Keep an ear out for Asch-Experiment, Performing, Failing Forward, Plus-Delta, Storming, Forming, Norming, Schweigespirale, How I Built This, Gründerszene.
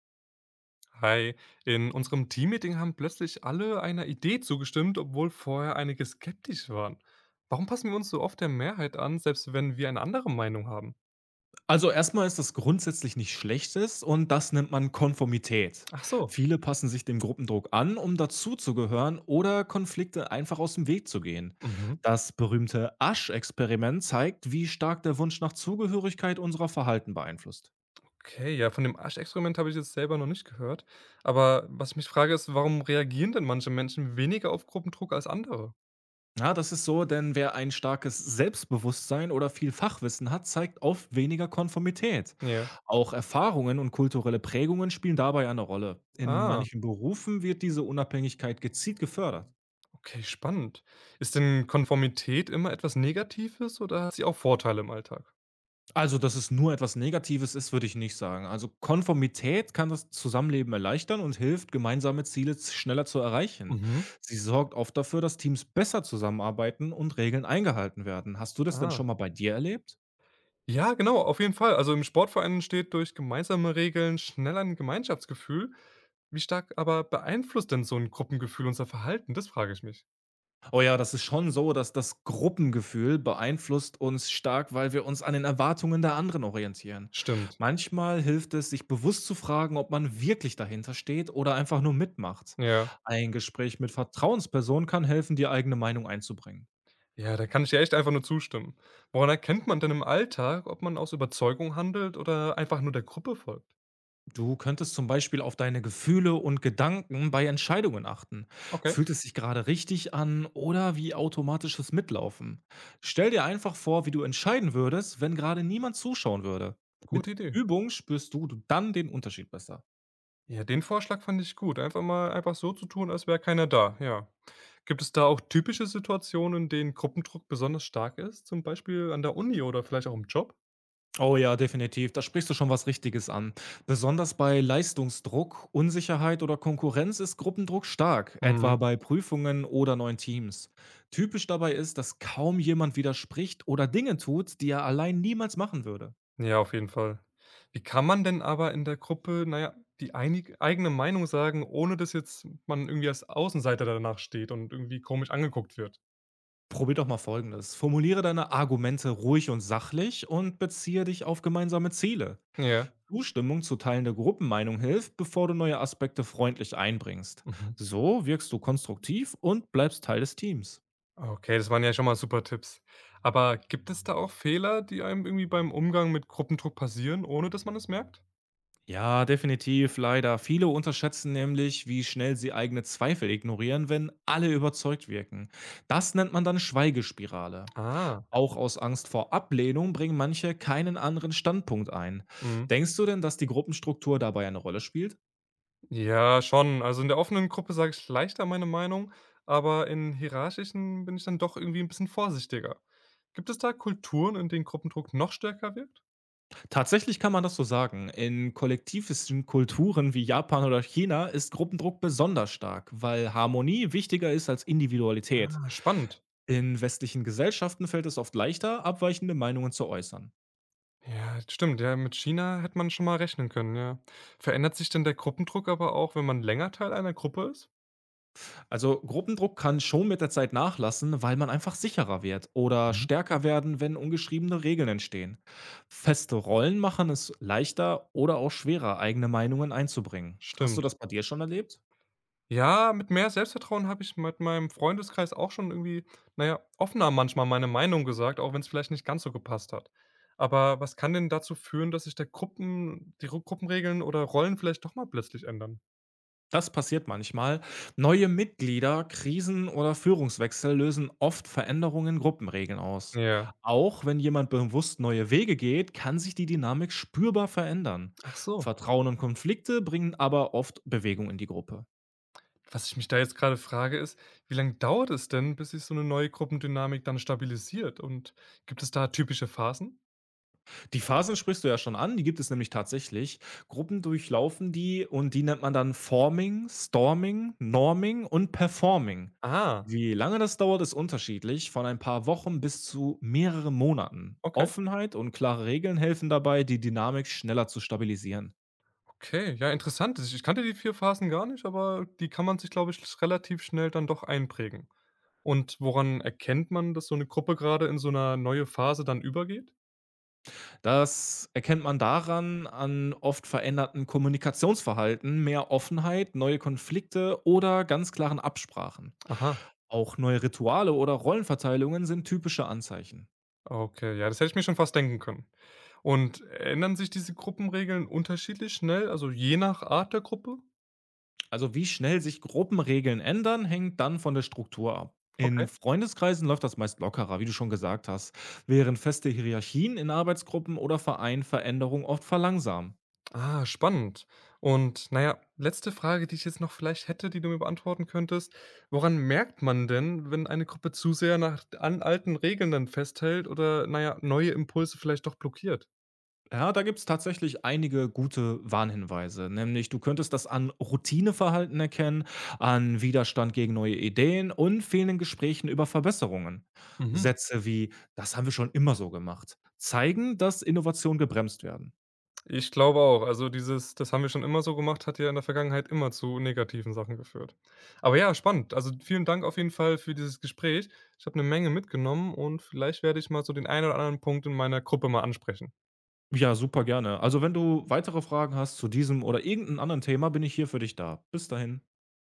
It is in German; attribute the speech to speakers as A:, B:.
A: Hi, in unserem Teammeeting haben plötzlich alle einer Idee zugestimmt, obwohl vorher einige skeptisch waren. Warum passen wir uns so oft der Mehrheit an, selbst wenn wir eine andere Meinung haben?
B: Also erstmal ist das grundsätzlich nichts Schlechtes und das nennt man Konformität.
A: Ach so.
B: Viele passen sich dem Gruppendruck an, um dazuzugehören oder Konflikte einfach aus dem Weg zu gehen.
A: Mhm.
B: Das berühmte Asch-Experiment zeigt, wie stark der Wunsch nach Zugehörigkeit unserer Verhalten beeinflusst.
A: Okay, ja, von dem Arschexperiment habe ich jetzt selber noch nicht gehört. Aber was ich mich frage, ist, warum reagieren denn manche Menschen weniger auf Gruppendruck als andere?
B: Ja, das ist so, denn wer ein starkes Selbstbewusstsein oder viel Fachwissen hat, zeigt oft weniger Konformität.
A: Ja.
B: Auch Erfahrungen und kulturelle Prägungen spielen dabei eine Rolle. In
A: Ah,
B: manchen Berufen wird diese Unabhängigkeit gezielt gefördert.
A: okay, spannend. Ist denn Konformität immer etwas Negatives oder hat sie auch Vorteile im Alltag?
B: Also, dass es nur etwas Negatives ist, würde ich nicht sagen. Also, Konformität kann das Zusammenleben erleichtern und hilft, gemeinsame Ziele schneller zu erreichen.
A: Mhm.
B: Sie sorgt oft dafür, dass Teams besser zusammenarbeiten und Regeln eingehalten werden. Hast du das denn
A: Ah.
B: schon mal bei dir erlebt?
A: Ja, genau, auf jeden Fall. Also im Sportverein entsteht durch gemeinsame Regeln schnell ein Gemeinschaftsgefühl. Wie stark aber beeinflusst denn so ein Gruppengefühl unser Verhalten? Das frage ich mich.
B: Oh ja, das ist schon so, dass das Gruppengefühl beeinflusst uns stark, weil wir uns an den Erwartungen der anderen orientieren.
A: Stimmt.
B: Manchmal hilft es, sich bewusst zu fragen, ob man wirklich dahinter steht oder einfach nur mitmacht.
A: Ja.
B: Ein Gespräch mit Vertrauenspersonen kann helfen, die eigene Meinung einzubringen.
A: Ja, da kann ich dir echt einfach nur zustimmen. Woran erkennt man denn im Alltag, ob man aus Überzeugung handelt oder einfach nur der Gruppe folgt?
B: Du könntest zum Beispiel auf deine Gefühle und Gedanken bei Entscheidungen achten.
A: Okay,
B: Fühlt es sich gerade richtig an oder wie automatisches Mitlaufen? Stell dir einfach vor, wie du entscheiden würdest, wenn gerade niemand zuschauen würde. Mit
A: gute Idee.
B: Übung spürst du dann den Unterschied besser.
A: Ja, den Vorschlag fand ich gut. Einfach mal einfach so zu tun, als wäre keiner da. Ja. Gibt es da auch typische Situationen, in denen Gruppendruck besonders stark ist? Zum Beispiel an der Uni oder vielleicht auch im Job?
B: Oh ja, definitiv. Da sprichst du schon was Richtiges an. Besonders bei Leistungsdruck, Unsicherheit oder Konkurrenz ist Gruppendruck stark,
A: Mhm.
B: etwa bei Prüfungen oder neuen Teams. Typisch dabei ist, dass kaum jemand widerspricht oder Dinge tut, die er allein niemals machen würde.
A: Ja, auf jeden Fall. Wie kann man denn aber in der Gruppe, naja, die einig eigene Meinung sagen, ohne dass jetzt man irgendwie als Außenseiter danach steht und irgendwie komisch angeguckt wird?
B: Probier doch mal Folgendes. Formuliere deine Argumente ruhig und sachlich und beziehe dich auf gemeinsame Ziele.
A: Ja.
B: Zustimmung zu teilender Gruppenmeinung hilft, bevor du neue Aspekte freundlich einbringst.
A: Mhm.
B: So wirkst du konstruktiv und bleibst Teil des Teams.
A: Okay, das waren ja schon mal super Tipps. Aber gibt es da auch Fehler, die einem irgendwie beim Umgang mit Gruppendruck passieren, ohne dass man es merkt?
B: Ja, definitiv, leider. Viele unterschätzen nämlich, wie schnell sie eigene Zweifel ignorieren, wenn alle überzeugt wirken. Das nennt man dann Schweigespirale.
A: Ah,
B: Auch aus Angst vor Ablehnung bringen manche keinen anderen Standpunkt ein.
A: mhm.
B: Denkst du denn, dass die Gruppenstruktur dabei eine Rolle spielt?
A: Ja, schon. Also in der offenen Gruppe sage ich leichter meine Meinung, aber in hierarchischen bin ich dann doch irgendwie ein bisschen vorsichtiger. Gibt es da Kulturen, in denen Gruppendruck noch stärker wirkt?
B: Tatsächlich kann man das so sagen. In kollektivistischen Kulturen wie Japan oder China ist Gruppendruck besonders stark, weil Harmonie wichtiger ist als Individualität.
A: Ah, spannend.
B: In westlichen Gesellschaften fällt es oft leichter, abweichende Meinungen zu äußern.
A: Ja, stimmt. Ja, mit China hätte man schon mal rechnen können, ja. Verändert sich denn der Gruppendruck aber auch, wenn man länger Teil einer Gruppe ist?
B: Also Gruppendruck kann schon mit der Zeit nachlassen, weil man einfach sicherer wird oder
A: Mhm.
B: stärker werden, wenn ungeschriebene Regeln entstehen. Feste Rollen machen es leichter oder auch schwerer, eigene Meinungen einzubringen. Hast du
A: Stimmt.
B: das bei dir schon erlebt?
A: Ja, mit mehr Selbstvertrauen habe ich mit meinem Freundeskreis auch schon irgendwie, naja, offener manchmal meine Meinung gesagt, auch wenn es vielleicht nicht ganz so gepasst hat. Aber was kann denn dazu führen, dass sich der Gruppen, die Gruppenregeln oder Rollen vielleicht doch mal plötzlich ändern?
B: Das passiert manchmal. Neue Mitglieder, Krisen oder Führungswechsel lösen oft Veränderungen in Gruppenregeln aus.
A: Ja.
B: Auch wenn jemand bewusst neue Wege geht, kann sich die Dynamik spürbar verändern.
A: Ach so.
B: Vertrauen und Konflikte bringen aber oft Bewegung in die Gruppe.
A: Was ich mich da jetzt gerade frage, ist, wie lange dauert es denn, bis sich so eine neue Gruppendynamik dann stabilisiert und gibt es da typische Phasen?
B: Die Phasen sprichst du ja schon an, die gibt es nämlich tatsächlich. Gruppen durchlaufen die und die nennt man dann Forming, Storming, Norming und Performing.
A: Ah,
B: Wie lange das dauert, ist unterschiedlich, von ein paar Wochen bis zu mehreren Monaten.
A: okay,
B: Offenheit und klare Regeln helfen dabei, die Dynamik schneller zu stabilisieren.
A: okay, ja, interessant. Ich kannte die 4 Phasen gar nicht, aber die kann man sich, glaube ich, sch relativ schnell dann doch einprägen. Und woran erkennt man, dass so eine Gruppe gerade in so 'ne neue Phase dann übergeht?
B: Das erkennt man daran an oft veränderten Kommunikationsverhalten, mehr Offenheit, neue Konflikte oder ganz klaren Absprachen.
A: Aha,
B: Auch neue Rituale oder Rollenverteilungen sind typische Anzeichen.
A: okay, ja, das hätte ich mir schon fast denken können. Und ändern sich diese Gruppenregeln unterschiedlich schnell, also je nach Art der Gruppe?
B: Also wie schnell sich Gruppenregeln ändern, hängt dann von der Struktur ab. In
A: Okay.
B: Freundeskreisen läuft das meist lockerer, wie du schon gesagt hast, während feste Hierarchien in Arbeitsgruppen oder Vereinen Veränderungen oft verlangsamen.
A: Ah, spannend. Und naja, letzte Frage, die ich jetzt noch vielleicht hätte, die du mir beantworten könntest. Woran merkt man denn, wenn eine Gruppe zu sehr nach an alten Regeln dann festhält oder, naja, neue Impulse vielleicht doch blockiert?
B: Ja, da gibt es tatsächlich einige gute Warnhinweise. Nämlich, du könntest das an Routineverhalten erkennen, an Widerstand gegen neue Ideen und fehlenden Gesprächen über Verbesserungen.
A: Mhm.
B: Sätze wie, das haben wir schon immer so gemacht, zeigen, dass Innovationen gebremst werden.
A: Ich glaube auch. Also dieses, das haben wir schon immer so gemacht, hat ja in der Vergangenheit immer zu negativen Sachen geführt. Aber ja, spannend. Also vielen Dank auf jeden Fall für dieses Gespräch. Ich habe eine Menge mitgenommen und vielleicht werde ich mal so den einen oder anderen Punkt in meiner Gruppe mal ansprechen.
B: Ja, super gerne. Also, wenn du weitere Fragen hast zu diesem oder irgendeinem anderen Thema, bin ich hier für dich da. Bis dahin.